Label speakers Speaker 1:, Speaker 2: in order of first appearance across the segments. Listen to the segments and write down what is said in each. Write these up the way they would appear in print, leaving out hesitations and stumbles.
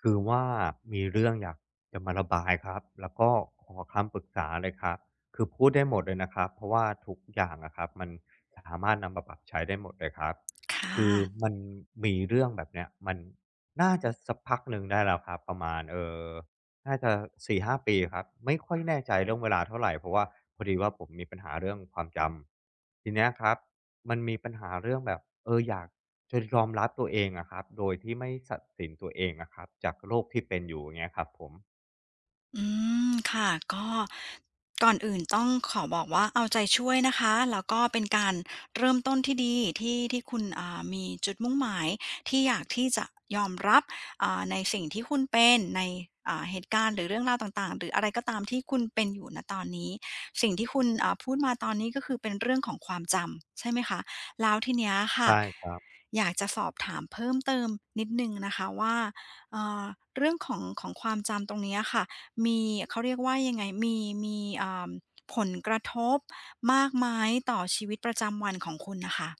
Speaker 1: คือว่ามีเรื่องอยากจะมาระบายครับแล้วก็ขอคำปรึกษาเลยครับคือพูดได้หมดเลยนะครับเพราะว่าทุกอย่างอะครับมันสามารถนำมาปรับใช้ได้หมดเลยครับ
Speaker 2: ค
Speaker 1: คือ
Speaker 2: ่ะ
Speaker 1: มันมีเรื่องแบบเนี้ยมันน่าจะสักพักหนึ่งได้แล้วครับประมาณน่าจะ4-5ปีครับไม่ค่อยแน่ใจเรื่องเวลาเท่าไรเพราะว่าพอดีว่าผมมีปัญหาเรื่องความจำทีเนี้ยครับมันมีปัญหาเรื่องแบบอยากจะยอมรับตัวเองอะครับโดยที่ไม่ตัดสินตัวเองอะครับจากโรคที่เป็นอยู่อย่างเงี้ยครับผม
Speaker 2: อืมค่ะก็ก่อนอื่นต้องขอบอกว่าเอาใจช่วยนะคะแล้วก็เป็นการเริ่มต้นที่ดีที่คุณมีจุดมุ่งหมายที่อยากที่จะยอมรับในสิ่งที่คุณเป็นในเหตุการณ์หรือเรื่องราวต่างๆหรืออะไรก็ตามที่คุณเป็นอยู่ณตอนนี้สิ่งที่คุณพูดมาตอนนี้ก็คือเป็นเรื่องของความจำใช่ไหมคะแล้วทีเนี้ยค่ะ
Speaker 1: ใช่ครับ
Speaker 2: อยากจะสอบถามเพิ่มเติมนิดหนึ่งนะคะว่าเอ่อเรื่องของของความจำตรงเนี้ยค่ะ มีเขาเรียกว่ายังไงมีอ่าผลกระทบมากไหมต่อชีวิตประจำวันของคุณน่ะค่ะ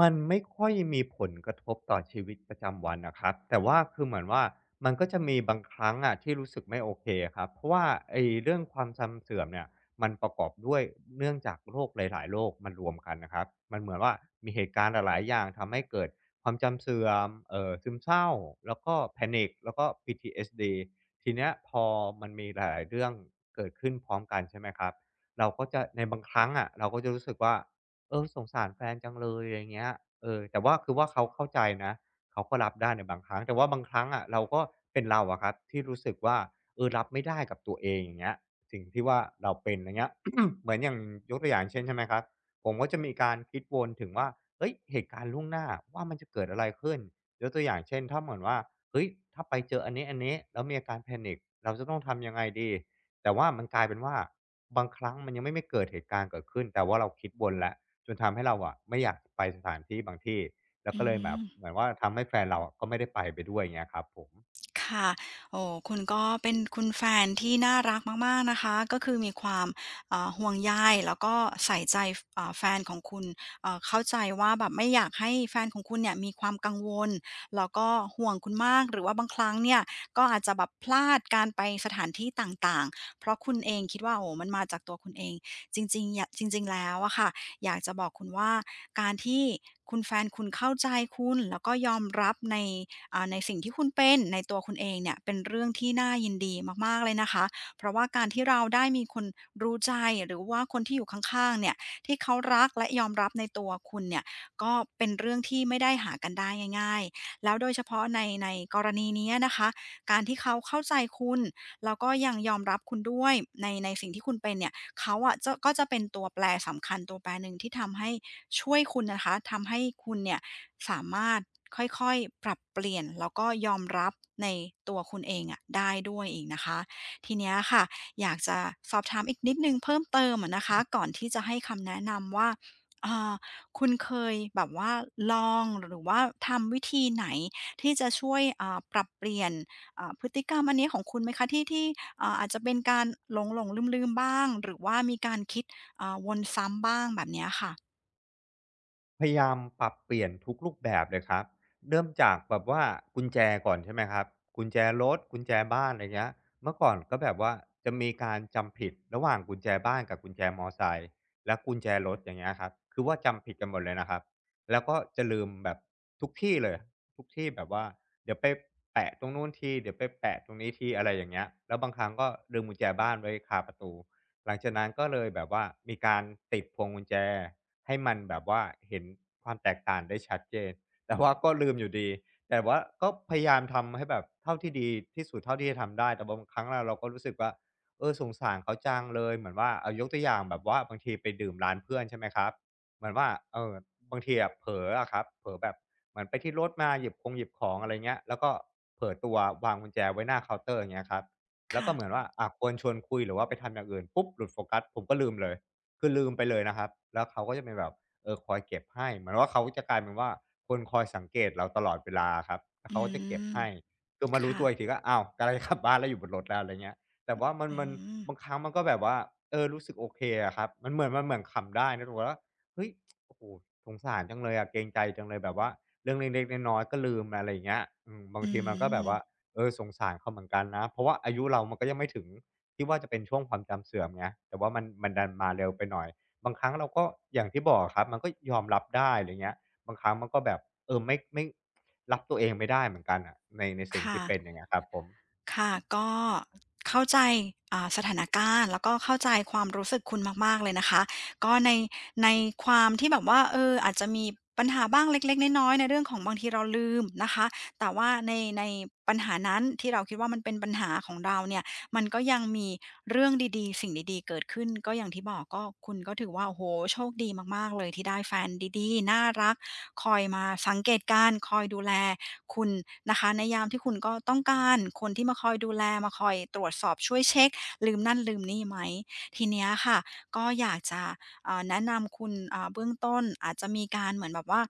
Speaker 1: มันไม่ค่อยมีผลกระทบต่อชีวิตประจำวันนะครับแต่ว่าคือเหมือนว่ามันก็จะมีบางครั้งอะที่รู้สึกไม่โอเคครับเพราะว่าไอ้เรื่องความจำเสื่อมเนี่ยมันประกอบด้วยเนื่องจากโรคหลายๆโรคมันรวมกันนะครับมันเหมือนว่ามีเหตุการณ์หลายๆอย่างทำให้เกิดความจำเสื่อมซึมเศร้าแล้วก็ Panic แล้วก็ PTSDทีเนี้ยพอมันมีหลายๆเรื่องเกิดขึ้นพร้อมกันใช่ไหมครับเราก็จะในบางครั้งอะเราก็จะรู้สึกว่า เออสงสารแฟนจังเลยอะไรเงี้ยเออแต่ว่าคือว่าเขาเข้าใจนะเขาก็รับได้ในบางครั้งแต่ว่าบางครั้งอะเราก็เป็นเราอะครับที่รู้สึกว่าเออรับไม่ได้กับตัวเองอย่างเงี้ยสิ่งที่ว่าเราเป็นอะไรเงี้ย เหมือนอย่างยกตัวอย่างเช่นใช่ไหมครับผมก็จะมีการคิดวนถึงว่าเฮ้ยเหตุการณ์ล่วงหน้าว่ามันจะเกิดอะไรขึ้นยกตัวอย่างเช่นถ้าเหมือนว่าเฮ้ยถ้าไปเจออันนี้ๆแล้วมีอาการ panic เราจะต้องทำยังไงดีแต่ว่ามันกลายเป็นว่าบางครั้งมันยังไม่เกิดเหตุการณ์เกิดขึ้นแต่ว่าเราคิดวนแล้ว จนทำให้เราอะไม่อยากไปสถานที่บางที่แล้ว
Speaker 2: อื
Speaker 1: ก็เลยแบบ
Speaker 2: ม
Speaker 1: เหมือนว่าทำให้แฟนเราอะก็ไม่ได้ไปด้วยอย่างเงี้ยครับผม
Speaker 2: ค่ะโอ้คุณก็เป็นคุณแฟนที่น่ารักมากๆ นะคะ ก็คือมีความห่วงใยแล้วก็ใส่ใจฟแฟนของคุณเข้าใจว่าแบบไม่อยากให้แฟนของคุณเนี่ยมีความกังวล แล้วก็ห่วงคุณมาก หรือว่าบางครั้งเนี่ยก็อาจจะแบบพลาดการไปสถานที่ต่างๆ เพราะคุณเองคิดว่าโอ้มันมาจากตัวคุณเอง จริงๆยะจริงๆแล้วอะค่ะอยากจะบอกคุณว่าการที่คุณแฟนคุณเข้าใจคุณแล้วก็ยอมรับใน ในสิ่งที่คุณเป็นในตัวคุณเองเนี่ยเป็นเรื่องที่น่ายินดีมากๆเลยนะคะเพราะว่าการที่เราได้มีคนรู้ใจหรือว่าคนที่อยู่ข้างๆเนี่ยที่เขารักและยอมรับในตัวคุณเนี่ยก็เป็นเรื่องที่ไม่ได้หากันได้ง่ายๆแล้วโดยเฉพาะในกรณีนี้นะคะการที่เขาเข้าใจคุณแล้วก็ยังยอมรับคุณด้วยในสิ่งที่คุณเป็นเนี่ยเขาอะจะก็จะเป็นตัวแปรสำคัญตัวแปรหนึ่งที่ทำให้ ช่วยคุณนะคะทำให้คุณเนี่ยสามารถค่อยๆปรับเปลี่ยนแล้วก็ยอมรับในตัวคุณเองอะได้ด้วยอีกนะคะทีเนี้ยค่ะอยากจะสอบถามอีกนิดนึงเพิ่มเติมอะนะคะก่อนที่จะให้คำแนะนำว่าเอ่อคุณเคยแบบว่าลองหรือว่าทำวิธีไหนที่จะช่วยปรับเปลี่ยนพฤติกรรมอันนี้ของคุณไหมคะที่เอ่าอาจจะเป็นการหลงๆลงลืมๆบ้างหรือว่ามีการคิดวนซ้ำบ้างแบบเนี้ยค่ะ
Speaker 1: พยายามปรับเปลี่ยนทุกรูปแบบเลยครับเริ่มจากแบบว่ากุญแจก่อนใช่ไหมครับกุญแจรถกุญแจบ้านอะไรเงี้ยเมื่อก่อนก็แบบว่าจะมีการจำผิดระหว่างกุญแจบ้านกับกุญแจมอไซค์และกุญแจรถอย่างเงี้ยครับคือว่าจำผิดกันหมดเลยนะครับแล้วก็จะลืมแบบทุกที่เลยทุกที่แบบว่าเดี๋ยวไปแปะตรงนู้นทีเดี๋ยวไปแปะตรงนี้ทีอะไรอย่างเงี้ยแล้วบางครั้งก็ลืมกุญแจบ้านไว้คาประตูหลังจากนั้นก็เลยแบบว่ามีการติดพวงกุญแจ ให้มันแบบว่าเห็นความแตกต่างได้ชัดเจนแต่ว่าก็ลืมอยู่ดี แต่ว่าก็พยายามทำให้แบบเท่าที่ดีที่สุดเท่าที่จะทำได้ แต่บางครั้งเราก็รู้สึกว่าเออสงสารเขาจังเลยเหมือนว่าเอายกตัวอย่างแบบว่าบางทีไปดื่มร้านเพื่อนใช่ไหมครับเหมือนว่าเอ่อบางทีอะเผลออะครับเผลอแบบเหมือนไปที่รถมาหยิบคงหยิบของอะไรเงี้ยแล้วก็เผลอตัววางกุญแจไว้หน้าเคาน์เตอร์อย่างเงี้ยครับแล้ว
Speaker 2: ค่ะ
Speaker 1: ก็เหมือนว่าอะควรชวนคุยหรือว่าไปทำอย่างอื่นปุ๊บหลุดโฟกัสผมก็ลืมเลย คือลืมไปเลยนะครับ แล้วเขาก็จะเป็นแบบเออคอยเก็บให้เหมือนว่าเขาจะกลายเป็นว่าคนคอยสังเกตเราตลอดเวลาครับแล้ว
Speaker 2: อื
Speaker 1: เขาก็จะเก็บ
Speaker 2: ม
Speaker 1: ให้คือมารู้
Speaker 2: ค่ะ
Speaker 1: ตัวอีกทีก็อ้าวกำลังจะกลับบ้านแล้วอยู่บนรถแล้วอะไรเงี้ยแต่ว่ามัน
Speaker 2: อื
Speaker 1: มัน
Speaker 2: ม
Speaker 1: บางครั้งมันก็แบบว่าเออรู้สึกโอเคอะครับมันเหมือนขำได้นะถูกแ่ว่าเฮ้ยโอ้โหสงสารจังเลยอะเกรงใจจังเลยแบบว่าเรื่องเล็กๆน้อยๆก็ลืมอะไรอย่างเงี้ยอืมบาง
Speaker 2: อื
Speaker 1: ทีมันก็แบบว่า
Speaker 2: ม
Speaker 1: เออสงสารเขาเหมือนกันนะเพราะว่าอายุเรามันก็ยังไม่ถึง ที่ว่าจะเป็นช่วงความจำเสื่อมไงแต่ว่ามันดันมาเร็วไปหน่อย บางครั้งเราก็อย่างที่บอกอะครับมันก็ยอมรับได้อะไรเงี้ยบางครั้งมันก็แบบเออไม่รับตัวเองไม่ได้เหมือนกันอะในสิ่ง
Speaker 2: ค่ะ
Speaker 1: ที่เป็นอย่างเงี้ยครับผม
Speaker 2: ค่ะก็เข้าใจสถานการณ์แล้วก็เข้าใจความรู้สึกคุณมากๆเลยนะคะก็ในความที่แบบว่าเอออาจจะมีปัญหาบ้างเล็กๆน้อยๆในเรื่องของบางทีเราลืมนะคะแต่ว่าในปัญหานั้นที่เราคิดว่ามันเป็นปัญหาของเราเนี่ยมันก็ยังมีเรื่องดีๆสิ่งดีๆเกิดขึ้นก็อย่างที่บอกก็คุณก็ถือว่าโอ้โฮโชคดีมากๆเลยที่ได้แฟนดีๆน่ารักคอยมาสังเกตการณ์คอยดูแล คุณนะคะในยามที่คุณก็ต้องการคนที่มาคอยดูแลมาคอยตรวจสอบช่วยเช็คลืมนั่นลืมนี่ไหมทีเนี้ยค่ะก็อยากจะแนะนำคุณเบื้องต้นอาจจะมีการเหมือนแบบว่า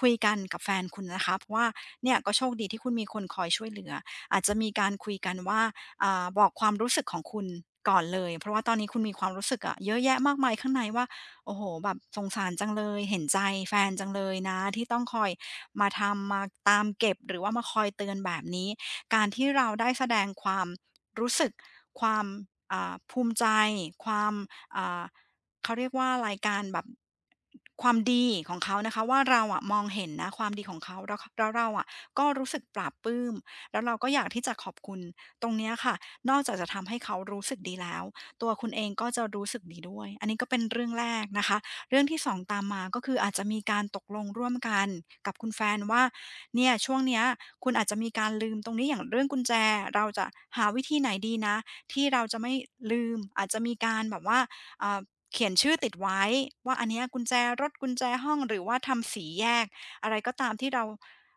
Speaker 2: คุยกันกับแฟนคุณนะคะเพราะว่าเนี่ยก็โชคดีที่คุณมีคนคอยช่วยเหลืออาจจะมีการคุยกันว่าบอกความรู้สึกของคุณก่อนเลยเพราะว่าตอนนี้คุณมีความรู้สึกอะเยอะแยะมากมายข้างในว่าโอ้โฮแบบสงสารจังเลยเห็นใจแฟนจังเลยนะที่ต้องคอย มาทำมาตามเก็บหรือว่ามาคอยเตือนแบบนี้การที่เราได้แสดงความรู้สึกความภูมิใจความอ่าเขาเรียกว่าอะไรการแบบความดีของเขานะคะว่าเราอะมองเห็นนะความดีของเขาแล้วขแล้วเราอะก็รู้สึกปลาบปลื้มแล้วเราก็อยากที่จะขอบคุณตรงเนี้ยค่ะนอกจากจะทำให้เขารู้สึกดีแล้วตัวคุณเองก็จะรู้สึกดีด้วยอันนี้ก็เป็นเรื่องแรกนะคะ เรื่องที่สองตามมาก็คืออาจจะมีการตกลงร่วมกันกับคุณแฟนว่าเนี่ยช่วงเนี้ยคุณอาจจะมีการลืมตรงนี้อย่างเรื่องกุญแจเราจะหาวิธีไหนดีนะที่เราจะไม่ลืมอาจจะมีการแบบว่าอ่าเขียนชื่อติดไว้ว่าอันเนี้ยกุญแจรถกุญแจห้องหรือว่าทำสีแยกอะไรก็ตามที่เรา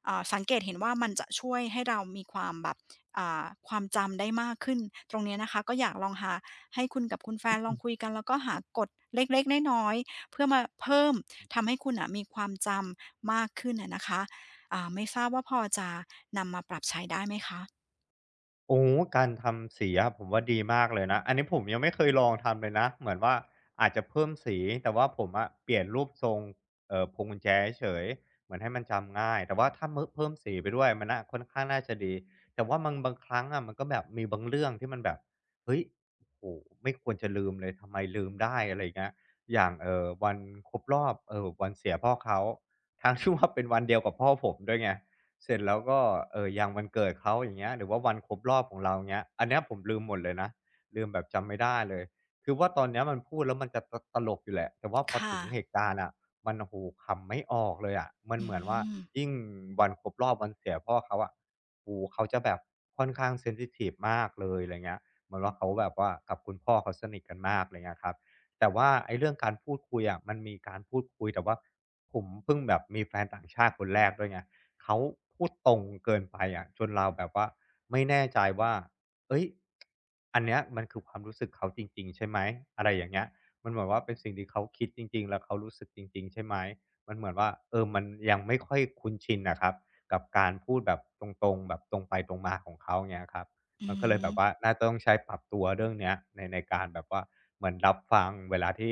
Speaker 2: สังเกตเห็นว่ามันจะช่วยให้เรามีความแบบความจำได้มากขึ้นตรงเนี้ยนะคะก็อยากลองหาให้คุณกับคุณแฟนลองคุยกันแล้วก็หากฎเล็กๆน้อย เพื่อมาเพิ่มทำให้คุณน่ะมีความจำมากขึ้นอะนะคะ ไม่ทราบว่าพอจะนำมา
Speaker 1: โอ้โฮการทำสีอะผมว่าดีมากเลยนะอันนี้ผมยังไม่เคยลองทำเลยนะเหมือนว่าอาจจะเพิ่มสีแต่ว่าผมอะเปลี่ยนรูปทรงพวงกุญแจเฉยๆเหมือนให้มันจำง่ายแต่ว่าถ้าเมึเพิ่มสีไปด้วยมันน่ะค่อนข้างน่าจะดีแต่ว่ามันบางครั้งอะมันก็แบบมีบางเรื่องที่มันแบบเฮ้ยโอ้โฮไม่ควรจะลืมเลยทำไมลืมได้อะไรอย่างเงี้ยอย่างวันครบรอบวันเสียพ่อเขาทั้ง ที่ว่าเป็นวันเดียวกับพ่อผมด้วยไง เสร็จแล้วก็เอออย่างวันเกิดเขาอย่างเงี้ยหรือว่าวันครบรอบของเราเงี้ยอันเนี้ยผมลืมหมดเลยนะลืมแบบจำไม่ได้เลยคือว่าตอนเนี้ยมันพูดแล้วมันจะตะตลกอยู่แหละแต่ว่าพอ
Speaker 2: ค่ะ
Speaker 1: ถึงเหตุการณ์อะมันโอ้โฮขำไม่ออกเลยอะมัน
Speaker 2: อื
Speaker 1: เหมือนว่า
Speaker 2: ม
Speaker 1: ยิ่งวันครบรอบวันเสียพ่อเขาอะโอ้โฮเขาจะแบบค่อนข้างเซนซิทิฟมากเลยอะไรเงี้ยเหมือนว่าเขาแบบว่ากับคุณพ่อเขาสนิทกันมากอะไรเงี้ยครับแต่ว่าไอ้เรื่องการพูดคุยอะมันมีการพูดคุยแต่ว่าผมเพิ่งแบบมีแฟนต่างชาติคนแรกด้วยไง เขาพูดตรงเกินไปอะจนเราแบบว่าไม่แน่ใจว่าเฮ้ยอันเนี้ยมันคือความรู้สึกเขาจริงๆใช่ไหมอะไรอย่างเงี้ยมันเหมือนว่าเป็นสิ่งที่เขาคิดจริงๆแล้วเขารู้สึกจริงๆใช่ไหมมันเหมือนว่าเออมันยังไม่ค่อยคุ้นชินน่ะครับกับการพูดแบบตรงๆแบบตรงไปตรงมาของเขาเงี้ยครับ
Speaker 2: อื
Speaker 1: มันก็เลยแบบว่า
Speaker 2: ม
Speaker 1: น่าจะต้องใช้ปรับตัวเรื่องเนี้ยในการแบบว่าเหมือนรับฟังเวลาที่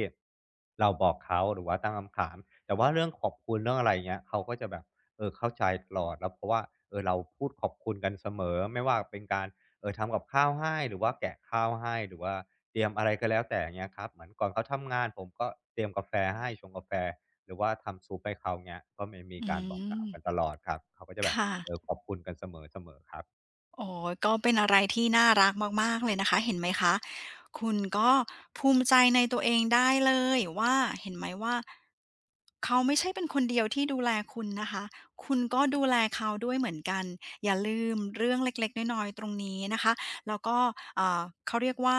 Speaker 1: เราบอกเขาหรือว่าตั้งคำถามแต่ว่าเรื่องขอบคุณเรื่องอะไรอย่างเงี้ยเขาก็จะแบบ เออเข้าใจตลอดแล้วเพราะว่าเออเราพูดขอบคุณกันเสมอไม่ว่าเป็นการทำกับข้าวให้หรือว่าแกะข้าวให้หรือว่าเตรียมอะไรก็แล้วแต่อย่างเงี้ยครับเหมือนก่อนเขาทำงานผมก็เตรียมกาแฟให้ชงกาแฟหรือว่าทำซุปให้เขาเงี้ยก็มี
Speaker 2: อื
Speaker 1: การบอกกล่า
Speaker 2: ม
Speaker 1: วกันตลอดครับเขาก็จะแบบ
Speaker 2: ค่ะ
Speaker 1: เออขอบคุณกันเสมอๆครับ
Speaker 2: อ๋อก็เป็นอะไรที่น่ารักมากๆเลยนะคะ เห็นไหมคะ คุณก็ภูมิใจในตัวเองได้เลยว่าเห็นไหมว่าเขาไม่ใช่เป็นคนเดียวที่ดูแลคุณนะคะคุณก็ดูแลเขาด้วยเหมือนกันอย่าลืมเรื่องเล็กๆ น้อยๆตรงนี้นะคะแล้วก็อ่าเขาเรียกว่า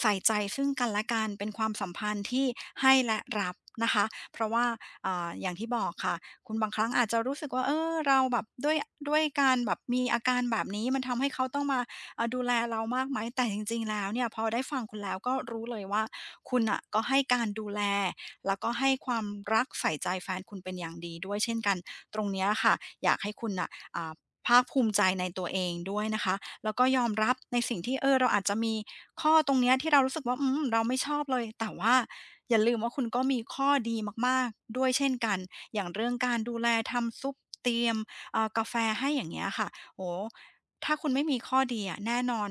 Speaker 2: ใส่ใจซึ่งกันและกันเป็นความสัมพันธ์ที่ให้และรับนะคะเพราะว่าอย่างที่บอกค่ะ คุณบางครั้งอาจจะรู้สึกว่าเออเราแบบด้วยการแบบมีอาการแบบนี้มันทำให้เขาต้องมาดูแลเรามากไหมแต่จริงๆแล้วเนี่ยพอได้ฟังคุณแล้วก็รู้เลยว่าคุณน่ะก็ให้การดูแลแล้วก็ให้ความรักใส่ใจแฟนคุณเป็นอย่างดีด้วยเช่นกันตรงเนี้ยค่ะอยากให้คุณน่ะอ่าภาคภูมิใจในตัวเองด้วยนะคะแล้วก็ยอมรับในสิ่งที่เออเราอาจจะมีข้อตรงเนี้ยที่เรารู้สึกว่าอืมเราไม่ชอบเลยแต่ว่าอย่าลืมว่าคุณก็มีข้อดีมากๆด้วยเช่นกัน อย่างเรื่องการดูแลทำซุปเตรียมกาแฟให้อย่างเงี้ยค่ะโอ้โฮถ้าคุณไม่มีข้อดีอะแน่นอน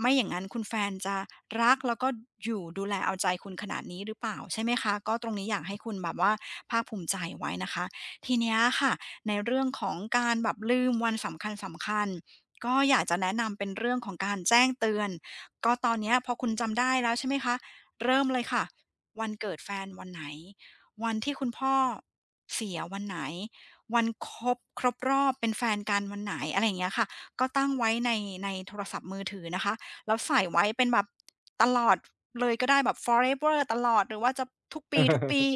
Speaker 2: ไม่อย่างนั้นคุณแฟนจะรักแล้วก็อยู่ดูแลเอาใจคุณขนาดนี้หรือเปล่าใช่ไหมคะก็ตรงนี้อยากให้คุณแบบว่าภาคภูมิใจไว้นะคะทีเนี้ยค่ะในเรื่องของการแบบลืมวันสำคัญๆก็อยากจะแนะนำเป็นเรื่องของการแจ้งเตือนก็ตอนเนี้ยพอคุณจำได้แล้วใช่ไหมคะเริ่มเลยค่ะวันเกิดแฟนวันไหน วันที่คุณพ่อเสียวันไหนวันครบรอบเป็นแฟนกันวันไหนอะไรอย่างเงี้ยค่ะก็ตั้งไว้ในโทรศัพท์มือถือนะคะแล้วใส่ไว้เป็นแบบตลอดเลยก็ได้แบบ forever ตลอดหรือว่าจะทุก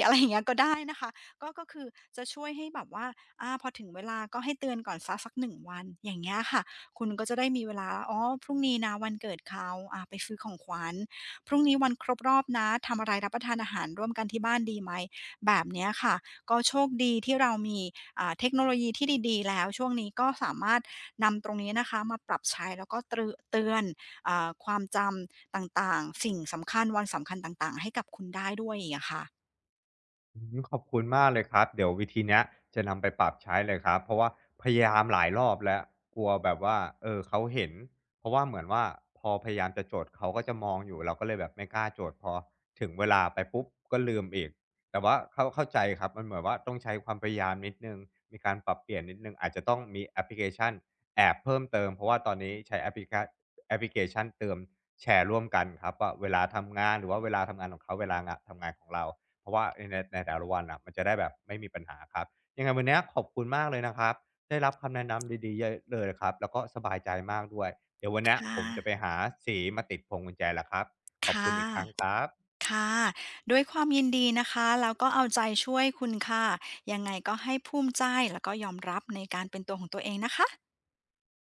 Speaker 2: อะไรอย่างเงี้ยก็ได้นะคะก็คือจะช่วยให้แบบว่าอาพอถึงเวลาก็ให้เตือนก่อนสัก1 วันอย่างเงี้ยค่ะคุณก็จะได้มีเวลาอ๋อพรุ่งนี้นะวันเกิดเขาอาไปซื้อของขวัญพรุ่งนี้วันครบรอบนะทำอะไรรับประทานอาหารร่วมกันที่บ้านดีไหมแบบเนี้ยค่ะก็โชคดีที่เรามีเทคโนโลยีที่ดีๆแล้วช่วงนี้ก็สามารถนำตรงนี้นะคะมาปรับใช้แล้วก็เตือนอาความจำต่างๆสิ่งสำคัญวันสำคัญต่างๆให้กับคุณได้ด้วยอีกอะค่ะ
Speaker 1: อืมขอบคุณมากเลยครับเดี๋ยววิธีเนี้ยจะนำไปปรับใช้เลยครับเพราะว่าพยายามหลายรอบแล้วกลัวแบบว่าเออเขาเห็นเพราะว่าเหมือนว่าพอพยายามจะจดเขาก็จะมองอยู่เราก็เลยแบบไม่กล้าจดพอถึงเวลาไปปุ๊บก็ลืมอีกแต่ว่าเข้าใจครับมันเหมือนว่าต้องใช้ความพยายามนิดหนึ่งมีการปรับเปลี่ยนนิดหนึ่งอาจจะต้องมีแอปพลิเคชันแอบเพิ่มเติมเพราะว่าตอนนี้ใช้แอปพลิเคชันเติมแชร์ร่วมกันครับว่าเวลาทำงานหรือว่าเวลาทำงานของเขาเวลางะทำงานของเรา เพราะว่าในแต่ละวันอะมันจะได้แบบไม่มีปัญหาครับยังไงวันนี้ขอบคุณมากเลยนะครับได้รับคำแนะนำดีๆเยอะเลยครับแล้วก็สบายใจมากด้วยเดี๋ยววันนี้
Speaker 2: ค่ะ
Speaker 1: ผมจะไปหาสีมาติดพวงกุญแจแล้วครับขอบ
Speaker 2: ค่
Speaker 1: คุณอีกครั้ง
Speaker 2: ะ
Speaker 1: ครับ
Speaker 2: ค่ะด้วยความยินดีนะคะแล้วก็เอาใจช่วยคุณค่ะ ยังไงก็ให้ภูมิใจแล้วก็ยอมรับในการเป็นตัวของตัวเองนะคะ